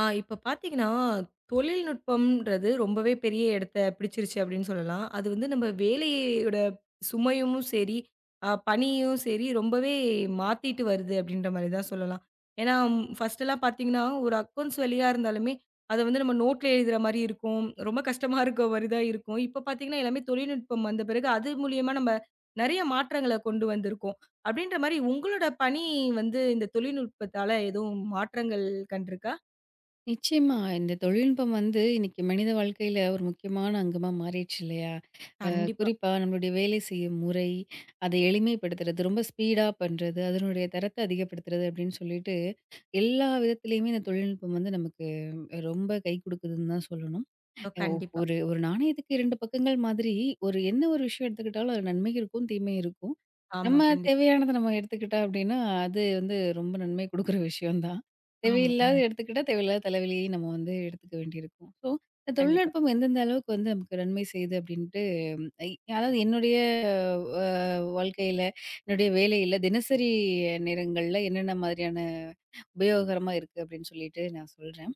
இப்ப பார்த்தீங்கன்னா, தொழில்நுட்பம்ன்றது ரொம்பவே பெரிய இடத்த பிடிச்சிருச்சு அப்படின்னு சொல்லலாம். அது வந்து நம்ம வேலையோட சுமையும் சரி, பணியும் சரி ரொம்பவே மாத்திட்டு வருது அப்படின்ற மாரி தான் சொல்லலாம். ஏன்னா, ஃபர்ஸ்ட்டெல்லாம் பார்த்தீங்கன்னா, ஒரு அக்கவுண்ட்ஸ் வேலையா இருந்தாலுமே, அத வந்து நம்ம நோட்ல எழுதுற மாரி இருக்கும். ரொம்ப கஷ்டமா இருக்க மாரி தான் இருக்கும். இப்ப பார்த்தீங்கன்னா, எல்லாமே தொழில்நுட்பம் வந்த பிறகு அது மூலியமா நம்ம நெறைய மாற்றங்கள கொண்டு வந்திருக்கோம். அப்படின்ற மாரி உங்களோட பணி வந்து இந்த தொழில்நுட்பத்தால எதுவும் மாற்றங்கள் கண்டிருக்கா? நிச்சயமா. இந்த தொழில்நுட்பம் வந்து இன்னைக்கு மனித வாழ்க்கையில ஒரு முக்கியமான அங்கமா மாறிடுச்சு இல்லையா? அ கண்டிப்பா. குறிப்பா நம்மளுடைய வேலை செய்யும் முறை, அதை எளிமைப்படுத்துறது, ரொம்ப ஸ்பீடா பண்றது, அதனுடைய தரத்தை அதிகப்படுத்துறது அப்படின்னு சொல்லிட்டு, எல்லா விதத்திலயுமே இந்த தொழில்நுட்பம் வந்து நமக்கு ரொம்ப கை குடுக்குதுன்னு தான் சொல்லணும். ஓ! கண்டிப்பா. ஒரு ஒரு நாணயத்துக்கு 2 பக்கங்கள் மாதிரி, ஒரு விஷயம் எடுத்துக்கிட்டாலும் அதில நன்மை இருக்கும், தீமை இருக்கும். ஆமா, நம்ம கண்டிப்பா. தேவையானத நம்ம எடுத்துக்கிட்டா அப்டின்னா, அது வந்து ரொம்ப நன்மை குடுக்குற விஷயம் தான். ஆமா, தேவையில்லாத ஆமா. எடுத்துக்கிட்டா, தேவையில்லாத தலைவலியையும் நம்ம வந்து எடுத்துக்க வேண்டியிருக்கும். ஸோ, இந்த கண்டிப்பா. தொழில்நுட்பம் எந்தெந்த அளவுக்கு வந்து நமக்கு நன்மை செய்யுது அப்டின்ட்டு, ஐ அதாவது என்னுடைய அ வாழ்க்கையில, என்னுடைய வேலையில, தினசரி நேரங்கள்ல என்னென்ன மாதிரியான உபயோகரமா இருக்கு அப்டின்னு சொல்லிட்டு நான் சொல்றேன்.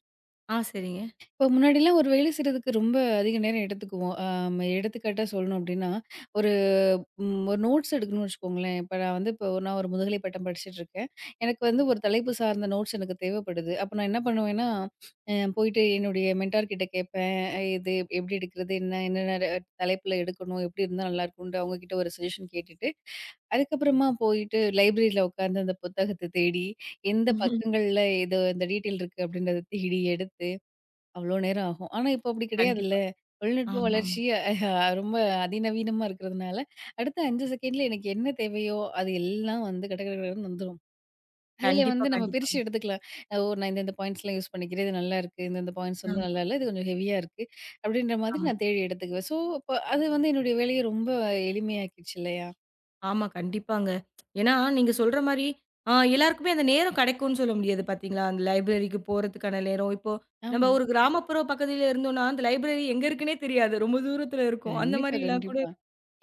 சரிங்க. இப்போ முன்னாடிலாம் ஒரு வேலை செய்றதுக்கு ரொம்ப அதிக நேரம் எடுத்துக்குவோம். ஆம் எடுத்துக்காட்டா சொல்லணும் அப்டின்னா, ஒரு ஒரு நோட்ஸ் எடுக்கணும்னு வச்சுக்கோங்களேன். இப்போ நான் ஒரு முதுகலை பட்டம் படிச்சுட்ருக்கேன். எனக்கு வந்து ஒரு தலைப்பு சார்ந்த நோட்ஸ் எனக்கு தேவைப்படுது. அப்ப நான் என்ன பண்ணுவேன்னா, போயிட்டு என்னுடைய மென்டார் கிட்ட கேட்பேன். இது எப்டி எடுக்கிறது? என்னென்ன தலைப்புல எடுக்கணும்? எப்டி இருந்தா நல்லாயிருக்கும்ன்ட்டு அவங்க கிட்ட ஒரு சஜஷன் கேட்டுட்டு, அதுக்கப்புறமா போயிட்டு லைப்ரரில உட்காந்து அந்த புத்தகத்த தேடி, எந்த பக்கங்கள்ல இது இந்த டீட்டெயில் இருக்கு அப்டின்றத தேடி எடுத்து அவ்ளோ நேரம் ஆகும். ஆனா, இப்ப அப்படி கிடையாதுல்ல. கண்டிப்பா. தொழில்நுட்ப ஆமா, ஆமா. வளர்ச்சி ரொம்ப அதிநவீனமா இருக்கிறதுனால, அடுத்த 5 செகண்ட்ல எனக்கு என்ன தேவையோ, அது எல்லாம் வந்து கட கட கடன்னு வந்துரும். அதுல கண்டிப்பா, வந்து நம்ம பிரிச்சு கண்டிப்பாங்க. எடுத்துக்கலாம். ஓ! நான் இந்த இந்த பாயிண்ட்ஸ்லாம் யூஸ் பண்ணிக்கிறேன். இது நல்லாயிருக்கு. இந்த இந்த பாயிண்ட்ஸ் வந்து ஆமா, நல்லா இல்ல. இது கொஞ்சம் ஹெவியா இருக்கு. அப்படின்ற மாதிரி ஆமா. நான் தேடி எடுத்துக்குவேன். ஸோ, அப்ப அது வந்து என்னுடைய வேலைய ரொம்ப எளிமையாக்கிடுச்சு இல்லையா? ஆமா, கண்டிப்பாங்க. ஏன்னா, நீங்க சொல்ற மாரி எல்லாருக்குமே அந்த நேரம் கெடைக்கும்னு சொல்ல முடியாது பார்த்தீங்களா? அந்த லைப்ரரிக்கு போறதுக்கான நேரம். இப்போ நம்ம ஆமா. ஒரு கிராமப்புற பகுதியில இருந்தோம்னா, அந்த லைப்ரரி எங்க இருக்குன்னே தெரியாது. ரொம்ப தூரத்தில இருக்கும். அந்த கண்டிப்பா, மாரிலாம் கூட கண்டிப்பா.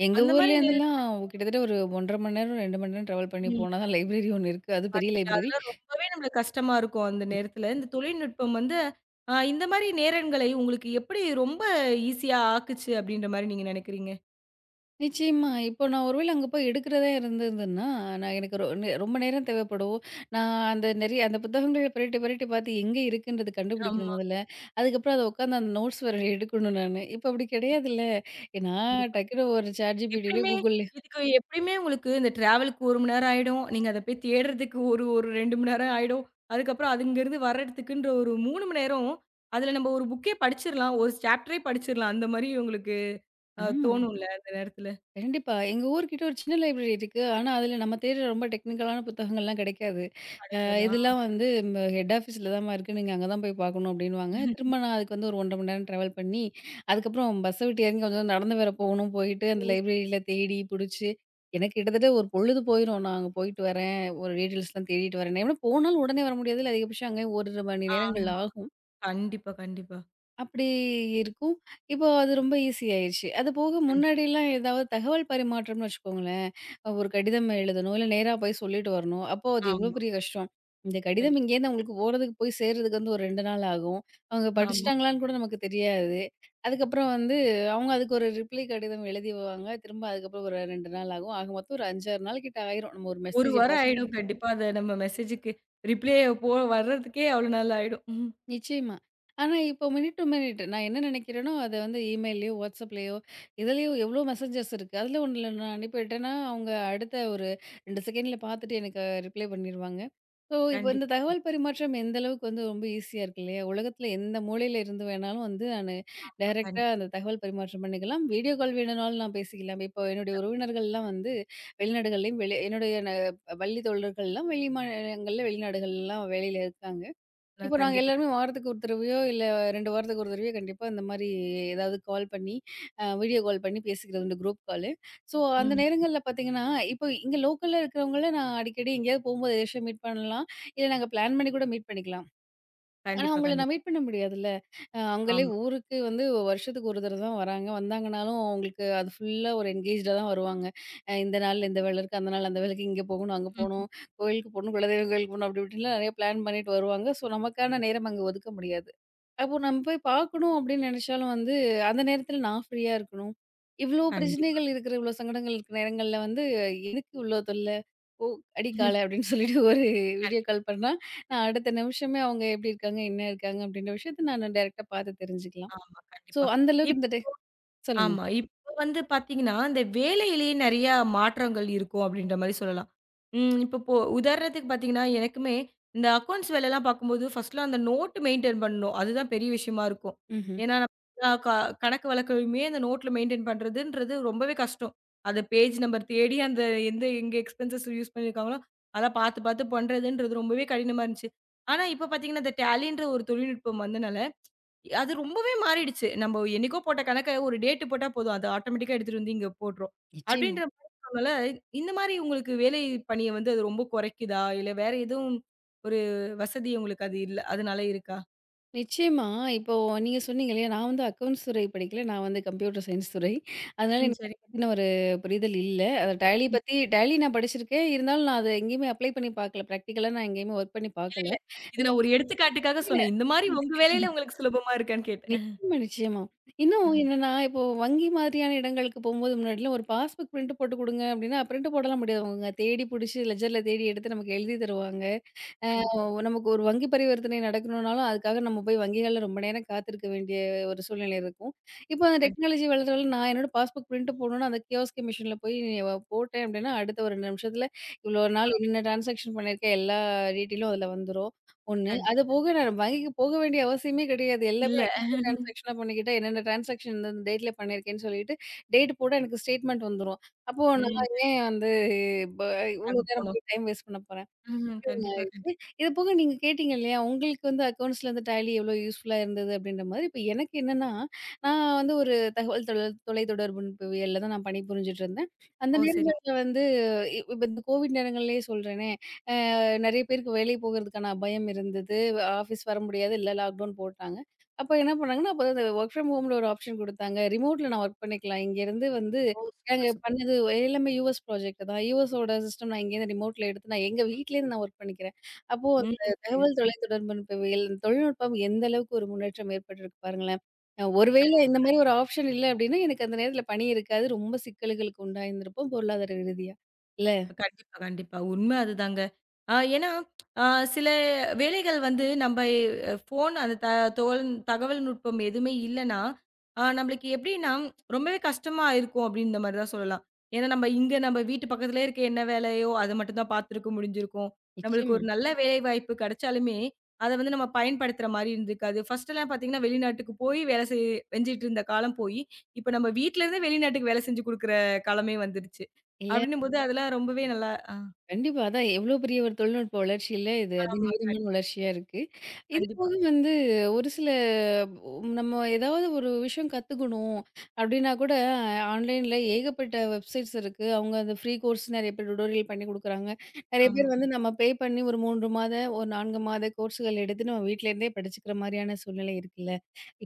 எங்க அந்த மாரி ஊர்லேருந்துலாம் கிட்டத்தட்ட ஒரு 1 1/2 மணி நேரம், 2 மணி நேரம் ட்ராவல் பண்ணி நேர போனா தான் லைப்ரரி ஒண்ணு இருக்கு. அது பெரிய பார்த்தீங்களா? லைப்ரரி. அதெல்லாம் ரொம்பவே நம்மளுக்கு கஷ்டமா இருக்கும் அந்த நேரத்துல. இந்த தொழில்நுட்பம் வந்து இந்த மாரி நேரங்களை உங்களுக்கு எப்படி ரொம்ப ஈஸியா ஆக்குச்சு அப்படின்ற மாரி நீங்க நினைக்கிறீங்க? நிச்சயமா. இப்போ நான் ஒரு வேள அங்க போய் எடுக்கிறதா இருந்ததுன்னா, எனக்கு ரொ நெ ரொம்ப நேரம் தேவைப்படும். நான் அந்த நெறைய அந்த புத்தகங்கள பெரட்டி பெரட்டி பார்த்து எங்கே இருக்குன்றது கண்டுபிடிக்கணும் ஆமா, முதல்ல. அதுக்கப்புறம் அத உட்காந்து அந்த நோட்ஸ் வேற எடுக்கணும் நானு. இப்போ அப்படி கிடையாதுல்ல. நான் கண்டிப்பா. டக்குனு ஒரு ChatGPTலயோ, எப்படியுமே Googleலயோ இதுக்கு எப்படியுமே உங்களுக்கு இந்த டிராவலுக்கு 1 மணி நேரம் ஆயிடும். நீங்க அத போய் தேடுறதுக்கு ஒரு ஒரு 2 மணி நேரம் ஆயிடும். அதுக்கப்புறம் அது இங்கருந்து வர்றதுக்குன்ற ஒரு 3 மணி நேரம். அதுல நம்ம ஒரு புக்கே படிச்சிரலாம். ஒரு சாப்டரே படிச்சிரலாம். அந்த மாரி உங்களுக்கு ஆமா. தோணும்ல அந்த நேரத்துல. கண்டிப்பா. எங்க ஊர்கிட்ட ஒரு சின்ன லைப்ரரி இருக்கு. ஆனா, அதுல நம்ம தேடுற ரொம்ப டெக்னிக்கலான புத்தகங்கள்லாம் கிடைக்காது. அ கிடைக்காதா? இதெல்லாம் வந்து ஹெட் ஆஃபீஸ்ல தாம்மா இருக்கு. நீங்க அங்க தான் போய் பார்க்கணும் அப்டின்னுவாங்க. திரும்ப நான் அதுக்கு வந்து ஒரு 1 1/2 மணி நேரம் ட்ராவல் பண்ணி, அதுக்கப்புறம் பஸ்ஸ விட்டு இறங்கி கொஞ்சம் நடந்து வேற போகணும். போயிட்டு அந்த லைப்ரரியில தேடி புடிச்சு, எனக்கு கிட்டத்தட்ட ஒரு பொழுது போயிரும். நான் அங்க போயிட்டு வரேன். ஒரு டீட்டெயில்ஸ்லாம் தேடிட்டு வரேன். ஏன்னா போனாலும் உடனே வர முடியாதுல்ல. அதிகபட்சம் அங்கே ஒரு மணி நேரங்கள் ஆமா. ஆகும். கண்டிப்பா, கண்டிப்பா. அப்படி இருக்கும். இப்போ அது ரொம்ப ஈஸி ஆயிருச்சு. அது போக கண்டிப்பா. முன்னாடிலாம் ஏதாவது தகவல் பரிமாற்றம்னு வச்சுக்கோங்களேன், ஒரு கடிதம் எழுதணும், இல்ல நேரா போய் சொல்லிட்டு வரணும். அப்போ அது எவ்ளோ ஆமா. பெரிய கஷ்டம். இந்த கடிதம் கண்டிப்பா. இங்கேருந்து அவங்களுக்கு போறதுக்கு போய் சேர்றதுக்கு வந்து ஒரு 2 நாள் ஆகும். அவங்க ஆமா. படிச்சுட்டாங்களான்னு கூட நமக்கு தெரியாது. அதுக்கப்புறம் வந்து அவங்க அதுக்கு ஒரு ரிப்ளை கடிதம் எழுதிவாங்க. திரும்ப அதுக்கப்புறம் ஒரு 2 நாள் ஆகும். ஆக மொத்தம் ஒரு 5, 6 நாள் கிட்ட ஆயிரும். நம்ம ஒரு 1 மெசேஜ வாரம் பாஸ் ஆயிடும் கண்டிப்பா அத நம்ம மெசேஜுக்கு ரிப்ளே போ வர்றதுக்கே அவ்ளோ நாள் ஆயிடும். ம். நிச்சயமா. ஆனா, இப்போ மினிட் டூ மினிட் நான் என்ன நினைக்கிறேனோ, அத வந்து இமெயில்லயோ, WhatsAppலயோ, இதுலயோ எவ்ளோ மெசேஞ்சஸ் இருக்கு. அதுல ஒண்ணுல நான் அனுப்பிவிட்டேன்னா, அவங்க அடுத்த ஒரு 2 செகண்ட்ல பார்த்துட்டு எனக்கு ரிப்ளை பண்ணிருவாங்க. ஸோ, இப்போ இந்த கண்டிப்பா, தகவல் கண்டிப்பா. பரிமாற்றம் எந்த அளவுக்கு வந்து ரொம்ப ஈஸியா இருக்கு இல்லையா? உலகத்துல எந்த மூலையில இருந்து வேணாலும் வந்து நானு டைரக்ட்டா கண்டிப்பா அந்த தகவல் பரிமாற்றம் பண்ணிக்கலாம். வீடியோ கால் வேணும்னாலும் நான் பேசிக்கலாம். இப்போ என்னுடைய பேசிக்கலாம். உறவினர்கள்லாம் வந்து வெளிநாடுகள்லயும், வெளி என்னுடைய ந பள்ளி தோழர்கள்லாம் வெளி மாநிலங்கள்ல, வெளிநாடுகள்லாம் வேலையில இருக்காங்க. நான் இப்போ நாங்க கண்டிப்பா எல்லாருமே வாரத்துக்கு ஒரு தடவையோ, இல்ல 2 வாரத்துக்கு ஒரு தடவையோ கண்டிப்பா இந்த மாரி ஏதாவது கால் பண்ணி, வீடியோ கால் பண்ணி பேசிக்கிறது உண்டு குரூப் காலு. ஸோ அந்த ம். நேரங்கள்ல பார்த்தீங்கன்னா, இப்போ இங்க லோக்கல்ல இருக்கிறவங்கள நான் அடிக்கடி எங்கேயாவது போம்போது எதாச்சும் மீட் பண்ணலாம். இல்ல நாங்க பிளான் பண்ணி கூட மீட் பண்ணிக்கலாம். ஆனா, கண்டிப்பா, அவங்கள நான் கண்டிப்பா. மீட் பண்ண முடியாதுல்ல. அவங்களே ஆமா. ஊருக்கு வந்து வருஷத்துக்கு ஒரு தடவ தான் வராங்க. வந்தாங்கனாலும் அவங்களுக்கு அது ஃபுல்லா ஒரு என்கேஜ்டா தான் வருவாங்க. இந்த நாள்ல இந்த வேல இருக்கு, அந்த நாள் அந்த வேலைக்கு இங்க போகணும், அங்க ம். போணும், கோயிலுக்கு போணும், குலதெய்வம் கோயிலுக்கு போணும் அப்படி இப்படின்லாம் நெறைய பிளான் பண்ணிட்டு வருவாங்க. ஸோ, நமக்கான நேரம் அங்க ஒதுக்க முடியாது. அப்போ நம்ம போய் பார்க்கணும் அப்படின்னு நெனச்சாலும் வந்து, அந்த நேரத்துல நான் ஃப்ரீயா இருக்கணும். இவ்ளோ கண்டிப்பா. பிரச்சனைகள் இருக்கிற, இவ்ளோ சங்கடங்கள் இருக்கிற நேரங்கள்ல வந்து, "எதுக்கு இவ்ளோ தொல்ல? போ, அடி கால" அப்படின்னு சொல்லிட்டு ஒரு வீடியோ கண்டிப்பா. கால் பண்ணா, நான் அடுத்த நிமிஷமே அவங்க எப்படி இருக்காங்க, என்ன இருக்காங்க அப்படின்ற விஷயத்த நான் டைரக்ட்டா பாத்து தெரிஞ்சுக்கலாம். ஆமா. ஸோ கண்டிப்பா. அந்த அளவுக்கு இப் இந்த டே சொல்லுங்க. ஆமா. இப்போ வந்து பார்த்தீங்கன்னா, இந்த வேலையிலேயே நெறையா மாற்றங்கள் இருக்கும் அப்படின்ற மாரி சொல்லலாம். இப்போ உதாரணத்துக்கு பார்த்தீங்கன்னா, எனக்குமே இந்த அக்கவுண்ட்ஸ் வேலைலாம் பார்க்கும்போது, ஃபர்ஸ்ட்லாம் அந்த நோட் மெயின்டெயின் பண்ணணும். அதுதான் பெரிய விஷயமா இருக்கும். ம்ஹ்ம். ஏன்னா, நம்ம எல்லா கணக்கு வழக்கையுமே அந்த நோட்ல மெயின்டெயின் பண்றதுன்றது ரொம்பவே கஷ்டம். அந்த பேஜ் நம்பர் தேடி அந்த எந்த எங்க எக்ஸ்பென்சஸ் யூஸ் பண்ணியிருக்காங்களோ, அதெல்லாம் பார்த்து பார்த்து பண்றதுன்றது ரொம்பவே கடினமா இருந்துச்சு. ஆனா, இப்போ பார்த்தீங்கன்னா, இந்த Tallyன்ற ஒரு தொழில்நுட்பம் வந்தனால அது ரொம்பவே மாறிடுச்சு. நம்ம என்னைக்கோ போட்ட கணக்க ஒரு டேட் போட்டா போதும். அது ஆட்டோமேட்டிக்கா எடுத்துட்டு வந்து இங்க போட்டுரும். நிச்சயமா. அப்படின்ற மாரி இருக்கனால, இந்த மாரி உங்களுக்கு வேலை பணிய வந்து அது ரொம்ப குறைக்குதா? இல்ல வேற எதுவும் ஒரு வசதி உங்களுக்கு அது இல்ல. அதனால இருக்கா? நிச்சயமா. இப்போ நீங்க சொன்னீங்க இல்லையா, நான் வந்து அக்கவுண்ட்ஸ் துறை படிக்கல. நான் வந்து கம்ப்யூட்டர் சயின்ஸ் துறை. அதனால ம். எனக்கு அத சரி. பத்தின ஒரு புரிதல் இல்ல. அத டேலி ம். பத்தி டேலி நான் படிச்சிருக்கேன். இருந்தாலும் நான் அத எங்கேயுமே அப்ளை பண்ணி பாக்கல. பிராக்டிகலா நான் எங்கேயுமே ஒர்க் பண்ணி பாக்கல. இது நான் ஒரு எடுத்துக்காட்டுக்காக இல்ல. சொன்னேன். இந்த மாரி உங்க வேலையில உங்களுக்கு சுலபமா இருக்கான்னு கேட்டேன். நிச்சயமா, நிச்சயமா. இன்னும் அ என்னன்னா, இப்போ வங்கி மாதிரியான இடங்களுக்கு போம்போது முன்னாடிலாம் ஒரு பாஸ்புக் பிரிண்ட் போட்டு குடுங்க அப்டின்னா, பிரிண்ட் போடலாம் முடியாது. அவங்க தேடி புடிச்சு லெட்ஜர்ல தேடி எடுத்து நமக்கு எழுதி தருவாங்க. அ கண்டிப்பா. நமக்கு ஒரு வங்கி பரிவர்த்தனை நடக்கணும்னாலும், அதுக்காக நம்ம போய் வங்கிகள்ல ரொம்ப நேரம் காத்திருக்க வேண்டிய ஒரு சூழ்நிலை இருக்கும். இப்போ அந்த டெக்னாலஜி வளர வளர நான் என்னோட பாஸ்புக் பிரிண்ட் போடணும்னா, அந்த கியோஸ்கி மிஷின்ல போய் நீ வ போட்டேன் அப்டின்னா, அடுத்த ஒரு 2 நிமிஷத்துல இவ்ளோ நாள் கண்டிப்பா. என்னென்ன டிரான்சாக்ஷன் பண்ணியிருக்கேன் எல்லா டீட்டெயிலும் அதுல வந்துரும். அது கண்டிப்பா. போக நான் வங்கிக்கு போக வேண்டிய அவசியமே கிடையாது. எல்லாமே இல்ல. ஐடிஓ டிரான்சாக்ஷனா பண்ணிக்கிட்டா, என்னென்ன டிரான்சாக்ஷன் இந்த இந்த டேட்ல பண்ணியிருக்கேன்னு சொல்லிட்டு, டேட் போட்டா எனக்கு ஸ்டேட்மெண்ட் வந்துரும். அப்போ ம். நான் ஏன் வந்து ப இவ்ளோ நாங்க நேரம் போனோம். போய் டைம் வேஸ்ட் பண்ண போறேன்? ம். முக்கியம் கண்டிப்பா, ஆயிடுச்சு. கண்டிப்பா. இது போக நீங்க கேட்டீங்க இல்லையா? உங்களுக்கு வந்து அக்கவுண்ட்ஸ்ல வந்து டேலி எவ்வளோ யூஸ்ஃபுல்லா இருந்தது அப்படின்ற மாதிரி. இப்ப எனக்கு என்னன்னா, நான் வந்து ஒரு தகவல் தொலைத்தொடர்புவியல்ல தான் நான் பணிபுரிஞ்சுட்டு இருந்தேன். அந்த ஓ! சரிங்க. நேரங்கள்ல வந்து இப்ப இந்த கோவிட் நேரங்கள்லயே சொல்றேனே, அ நெறைய பேருக்கு வேலை போகறதுக்கான அபாயம் இருந்தது. ஆஃபீஸ் வர முடியாது. இல்ல லாக்டவுன் போட்டாங்க. அப்ப என்ன பண்ணாங்கன்னா, அப்ப அந்த வொர்க் ஃப்ரம் ஹோம்ல ஒரு ஆப்ஷன் குடுத்தாங்க. ரிமோட்ல நான் வொர்க் பண்ணிக்கலாம். இங்கேருந்து வந்து ஓ! நாங்க சூப்பர், சூப்பர். பண்ணது எல்லாமே யுஎஸ் ப்ராஜெக்ட் தான். யுஎஸோட சிஸ்டம் நான் இங்கேருந்து ரிமோட்ல எடுத்து நான் எங்க வீட்லேருந்து நான் ஒர்க் பண்ணிக்கிறேன். அப்போ ம். அந்த தகவல் சரிங்க. தொலைத்தொடர்புகள் தொழில்நுட்பம் எந்த அளவுக்கு ஒரு முன்னேற்றம் ஏற்பட்டிருக்கு பாருங்களேன். ஒருவேளை இந்த மாரி ஒரு ஆப்ஷன் இல்ல அப்டின்னா, எனக்கு அந்த நேரத்தில பணி இருக்காது. ரொம்ப சிக்கல்களுக்கு உண்டாயிருந்திருப்போம் பொருளாதார ரீதியா. இல்ல. கண்டிப்பா, கண்டிப்பா. உண்மை அதுதாங்க. ஏன்னா, அ சில வேலைகள் வந்து நம்ப ஃபோன் அந்த த தோல் தகவல் நுட்பம் எதுவுமே இல்லன்னா, நம்பளுக்கு எப்படின்னா, ரொம்பவே கஷ்டமா இருக்கும் அப்படின்ற மாரி தான் சொல்லலாம். ஏன்னா நம்ப இங்க நம்ப வீட்டு பக்கத்திலயே இருக்க என்ன வேலையோ, அத மட்டும் தான் பார்த்துருக்க முடிஞ்சிருக்கும். நம்பளுக்கு நிச்சயமா. ஒரு நல்ல வேலைவாய்ப்பு கிடைச்சாலுமே, அத வந்து நம்ம பயன்படுத்துற மாரி இருந்திருக்காது. ஃபர்ஸ்ட்டெல்லாம் பார்த்தீங்கன்னா, வெளிநாட்டுக்கு போய் வேலை செஞ்சுட்டு இருந்த காலம் போயி, இப்ப நம்ப வீட்ல இருந்தே வெளிநாட்டுக்கு வேலை செஞ்சு குடுக்குற காலமே வந்துருச்சு. இல்ல. அப்டின்னும்போது அதெல்லாம் ரொம்பவே நல்லா ஆ. கண்டிப்பா. அதான் எவ்ளோ பெரிய ஒரு தொழில்நுட்ப வளர்ச்சியில இது ஆமா. அதிநீதமான கண்டிப்பா. வளர்ச்சியா இருக்கு. இது போக கண்டிப்பா. வந்து ஒரு சில நம்ம ஏதாவது ஒரு விஷயம் கத்துக்கணும் அப்டின்னா கூட ஆன்லைன்ல ஏகப்பட்ட வெப்சைட்ஸ் இருக்கு. அவங்க அந்த ஃப்ரீ கோர்ஸ் நெறைய பேர் டுடோரியல் பண்ணி குடுக்குறாங்க. நெறைய ஆமா. பேர் வந்து நம்ம பே பண்ணி ஒரு 3 மாத, ஒரு 4 மாத கோர்ஸ்கள் எடுத்து நம்ம வீட்ல இருந்தே படிச்சுக்கிற மாரியான சூழ்நிலை இருக்குல்ல.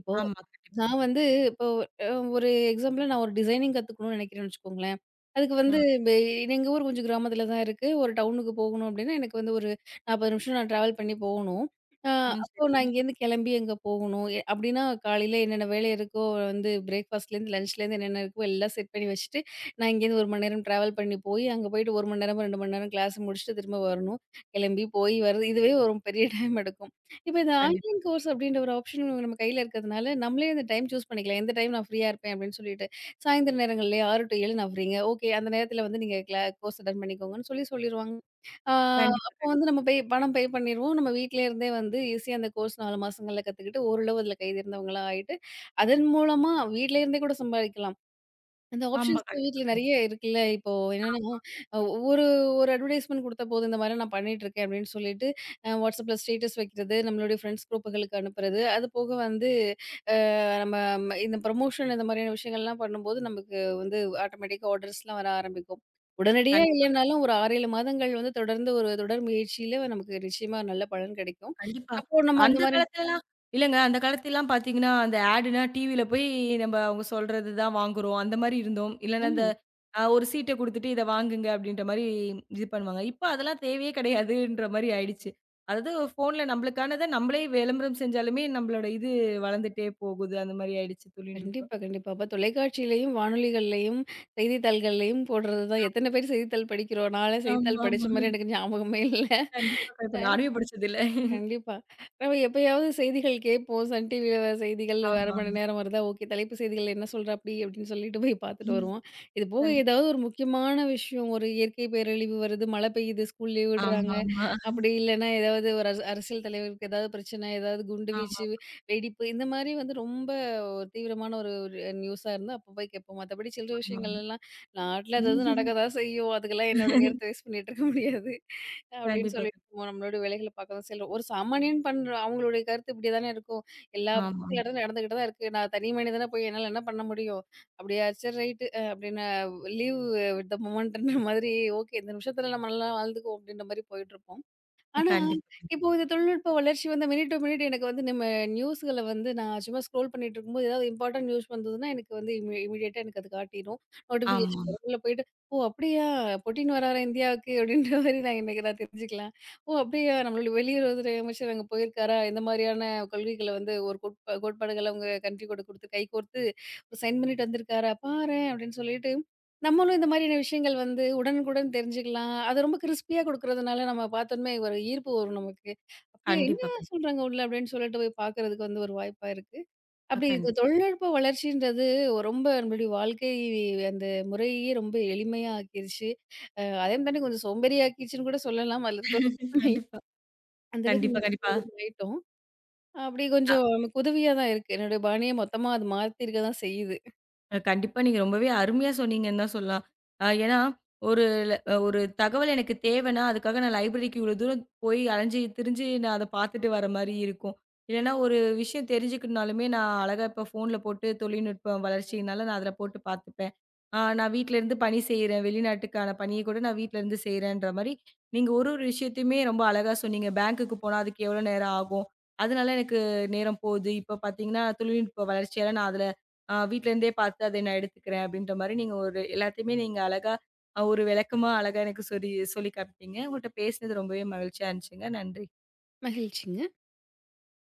இப்போ ஆமா. கண்டிப்பா. நான் வந்து இப்போ அ ஒரு எக்ஸாம்பிளா நான் ஒரு டிசைனிங் கத்துக்கணும்னு நினைக்கிறேன்னு வச்சுக்கோங்களேன். அதுக்கு ஆ. வந்து பே எங்க ஊர் கொஞ்சம் கிராமத்தில தான் இருக்கு. ஒரு டவுனுக்கு போகணும் அப்டின்னா, எனக்கு வந்து ஒரு 40 நிமிஷம் நான் டிராவல் பண்ணி போகணும். அ ம். அப்போ நான் சரிங்க. இங்கேருந்து கிளம்பி அங்க போகணும். அப்டின்னா காலையில என்னென்ன வேலை இருக்கோ வந்து பிரேக்ஃபாஸ்ட்லேருந்து, லஞ்ச்லேருந்து என்னென்ன இருக்கோ எல்லாம் செட் பண்ணி வச்சுட்டு, நான் இங்கேருந்து 1 மணி நேரம் டிராவல் பண்ணி போய், அங்க போயிட்டு 1 மணி நேரமோ, 2 மணி நேரம் கிளாஸ் முடிச்சுட்டு திரும்ப வரணும். கிளம்பி போய் வர்றது இதுவே ஒரு பெரிய டைம் எடுக்கும். இப்ப இந்த கண்டிப்பா. ஆன்லைன் கோர்ஸ் அப்படின்ற ஒரு ஆப்ஷன் நம்ம கையில இருக்கிறதுனால, நம்மளே அந்த டைம் சூஸ் பண்ணிக்கலாம். எந்த டைம் நான் ஃப்ரீயா இருப்பேன் அப்படின்னு சொல்லிட்டு. சாயந்தர நேரங்கள்லயே 6 டூ 7 நான் ஃப்ரீங்க. ஓகே அந்த நேரத்தில வந்து நீங்க கோர்ஸ் அட்டெண்ட் பண்ணிக்கோங்கன்னு சொல்லி சொல்லிருவாங்க. ஆ கண்டிப்பா, அப்போ வந்து கண்டிப்பா. நம்ம பணம் பே பண்ணிருவோம். நம்ம வீட்ல இருந்தே வந்து ஈஸியா அந்த கோர்ஸ் 4 மாசங்கள்ல கத்துக்கிட்டு ஓரளவு அதில கைதேர்ந்தவங்களா ஆயிட்டு, அதன் மூலமா வீட்ல இருந்தே கூட சம்பாதிக்கலாம். அந்த ஆமா. ஆப்ஷன்ஸ் கண்டிப்பா, வீட்ல நெறைய கண்டிப்பா. இருக்குல்ல. இப்போ என்னன்னா, அ ஒரு ஒரு அட்வர்டைஸ்மென்ட் குடுத்தா போதும். இந்த மாரிலாம் நான் பண்ணிட்டுருக்கேன் அப்டின்னு சொல்லிட்டு, WhatsAppல ஸ்டேட்டஸ் வைக்கிறது, நம்மளுடைய ஃப்ரெண்ட்ஸ் குரூப்புகளுக்கு அனுப்புறது, அது போக வந்து நம்ம இந்த ப்ரமோஷன் இந்த மாரியான விஷயங்கள்லாம் பண்ணும்போது, நமக்கு வந்து ஆட்டோமேட்டிக்கா ஆர்டர்ஸ்லாம் வர ஆரம்பிக்கும். உடனடியா கண்டிப்பா, இல்லனாலும் ஒரு 6, 7 மாதங்கள் வந்து தொடர்ந்து ஒரு தொடர் முயற்சியில நமக்கு நிச்சயமா நல்ல பலன் கிடைக்கும். கண்டிப்பா. அப்போ நம்ம அந்த அந்த மாரி காலத்துலலாம் இல்லங்க. அந்த காலத்துலலாம் பார்த்தீங்கன்னா, அந்த ஆடுனா டிவில போய் நம்ம அவங்க சொல்றது தான் வாங்குறோம். அந்த மாரி இருந்தோம். இல்லன்னா ஆமா. அந்த ஒரு சீட்ட குடுத்துட்டு இத வாங்குங்க அப்டின்ற மாரி இது பண்ணுவாங்க. இப்ப அதெல்லாம் தேவையே கிடையாதுன்ற மாரி ஆயிடுச்சு. அதாவது ஃபோன்ல நம்மளுக்கானத நம்மளே விளம்பரம் செஞ்சாலுமே நம்மளோட இது வளர்ந்துட்டே போகுது. அந்த மாரி ஆயிடுச்சு தொழில்நுட்பம். கண்டிப்பா, கண்டிப்பா. அப்ப தொலைக்காட்சியிலயும், வானொலிகள்லயும், செய்தித்தாள்கள்லயும் போடுறது தான். எத்தன பேர் செய்தித்தாள் படிக்கிறோம்? நான்லாம் செய்தித்தாள் படிச்ச ஆமாமா. மாரி எனக்கு ஞாபகமே இல்ல. கண்டிப்பா, கண்டிப்பா. நானுமே படிச்சதில்ல. கண்டிப்பா. நம்ம எப்பயாவது செய்திகள் கேட்போம். சன் டிவில செய்திகள் 1/2 ஆமா. மணி நேரம் வருதா, ஓகே தலைப்பு செய்திகள் என்ன சொல்றாப்படி அப்படின்னு சொல்லிட்டு போய் பார்த்துட்டு ம். வருவோம். இது போக கண்டிப் ஏதாவது ஒரு முக்கியமான விஷயம், ஒரு இயற்கை பேரழிவு வருது, மழை பெய்யுது, ஸ்கூல் லீவ் விடுறாங்க, ஆமாமா. அப்படி இல்லைன்னா ஏதாவது ஒரு அரசு அரசியல் தலைவருக்கு ஏதாவது பிரச்சனை, ஏதாவது குண்டு வீச்சு, ஆமாமா. வெடிப்பு இந்த மாதிரி வந்து ரொம்ப ஒரு தீவிரமான ஒரு ஒரு நியூஸா இருந்தா அப்போ போய் கேட்போம். மத்தபடி சில்லற விஷயங்கள் எல்லாம் நாட்ல ஏதாவது நடக்க தான் செய்யும். அதுக்கெல்லாம் என்னோட நேரத்தை வேஸ்ட் பண்ணிட்டு இருக்க முடியாது அப்படின்னு கண்டிப்பா, சொல்லி ஓ! நம்மளோட வேலைகள பார்க்க தான் செல்றோம். ஒரு சாமானியன் பண்ற அவங்களுடைய கருத்து இப்படி தானே இருக்கும். எல்லா பிரச்சனையும் ஆமாமா. எல்லா இடத்துலயும் நடந்துகிட்டு தான் இருக்கு. நான் தனி மனிதனா போய் என்னால என்ன பண்ண முடியும்? அப்படியா சரி ரைட்டு அப்படின்னு லீவ் வித் த மொமெண்ட்ன்ற மாதிரி ஓகே இந்த நிமிஷத்துல நம்ம நல்லா வாழ்ந்துக்குவோம் அப்படின்ற மாரி போயிட்டுருப்போம். ஆனா, கண்டிப்பா, கண்டிப்பா. இப்போ இந்த தொழில்நுட்ப வளர்ச்சி வந்து மினிட் டூ மினிட் எனக்கு வந்து நம்ம நியூஸ்கள வந்து நான் சும்மா ஸ்க்ரோல் பண்ணிட்டு இருக்கும்போது, ஏதாவது இம்பார்ட்டன்ட் நியூஸ் வந்ததுன்னா, எனக்கு வந்து இமிடியேட்டா எனக்கு அது காட்டிரும். நோட்டிஃபிகேஷன் ஆமாமா. வரும். உள்ள போயிட்டு, "ஓ! அப்படியா? புட்டின் வராரா இந்தியாவுக்கு?" அப்படின்ற மாரி நான் எனக்கு நான் தெரிஞ்சுக்கலாம். "ஓ! அப்படியா? நம்மளுடைய வெளியுறவுத்துறை அமைச்சர் அங்க போயிருக்காரா? இந்த மாரியான கொள்கைகள வந்து ஒரு கோட்பாடுகள அவங்க கண்ட்ரி கூட குடுத்து கைகோர்த்து ஒரு சைன் பண்ணிட்டு வந்திருக்காரா? பாரேன்!" அப்படின்னு சொல்லிட்டு நம்மளும் இந்த மாதிரியான விஷயங்கள் வந்து உடனுக்குடன் தெரிஞ்சுக்கலாம். அது ரொம்ப கிரிஸ்பியா குடுக்குறதுனால நம்ம பார்த்தோனமே ஒரு ஈர்ப்பு வரும் நமக்கு. "அப்படியா என்ன கண்டிப்பா, சொல்றாங்க உள்ள?" அப்படின்னு சொல்லிட்டு போய் பார்க்கறதுக்கு வந்து ஒரு வாய்ப்பா இருக்கு. அப்படி கண்டிப்பா, இது கண்டிப்பா. தொழில்நுட்ப வளர்ச்சின்றது ரொம்ப நம்மளுடைய வாழ்க்கை அந்த முறையே ரொம்ப எளிமையா ஆக்கிருச்சு. அதையும் தாண்டி கொஞ்சம் சோம்பேறியாக்கிருச்சுன்னு கூட சொல்லலாம். அதில இருக்கிற உண்மை. கண்டிப்பா, அந்த அளவுக்கு நம்ம கண்டிப்பா, கண்டிப்பா. சோம்பேறி ஆயிட்டோம். அப்படி கொஞ்சம் நமக்கு உதவியா தான் இருக்கு. என்னுடைய பாணிய மொத்தமா அது மாத்திருக்க தான் செய்யுது. கண்டிப்பா நீங்க ரொம்பவே அருமையா சொன்னீங்கன்னு தான் சொல்லலாம். ஏன்னா, ஒரு ஒரு தகவல் எனக்கு தேவைன்னா, அதுக்காக நான் லைப்ரரிக்கு இவ்வளோ தூரம் போய் அலைஞ்சு திரிஞ்சு நான் அத பார்த்துட்டு வர மாரி இருக்கும். இல்லன்னா, ஒரு விஷயம் தெரிஞ்சுக்கணும்னாலுமே நான் அழகா இப்ப ஃபோன்ல போட்டு தொழில்நுட்பம் வளர்ச்சியினால நான் அதில போட்டு பார்த்துப்பேன். நான் வீட்லருந்து பணி செய்றேன். வெளிநாட்டுக்கான பணிய கூட நான் வீட்லருந்து செய்றேன்ற மாரி, நீங்க ஒரு ஒரு விஷயத்தையுமே ரொம்ப அழகா சொன்னீங்க. பேங்க்குக்கு போனா அதுக்கு எவ்வளோ நேரம் ஆகும்? அதனால எனக்கு நேரம் போகுது. இப்ப பார்த்தீங்கன்னா, தொழில்நுட்ப வளர்ச்சியால நான் அதுல வீட்ல இருந்தே பார்த்து அதை நான் எடுத்துக்கிறேன் அப்படின்ற மாரி நீங்க ஒரு எல்லாத்தையுமே நீங்க அழகா ஒரு விளக்கமா அழகா எனக்கு சொல்லி சொல்லி காமிச்சீங்க. உங்கள்ட்ட பேசினது ரொம்பவே மகிழ்ச்சியா இருந்துச்சுங்க. நன்றி. மகிழ்ச்சிங்க.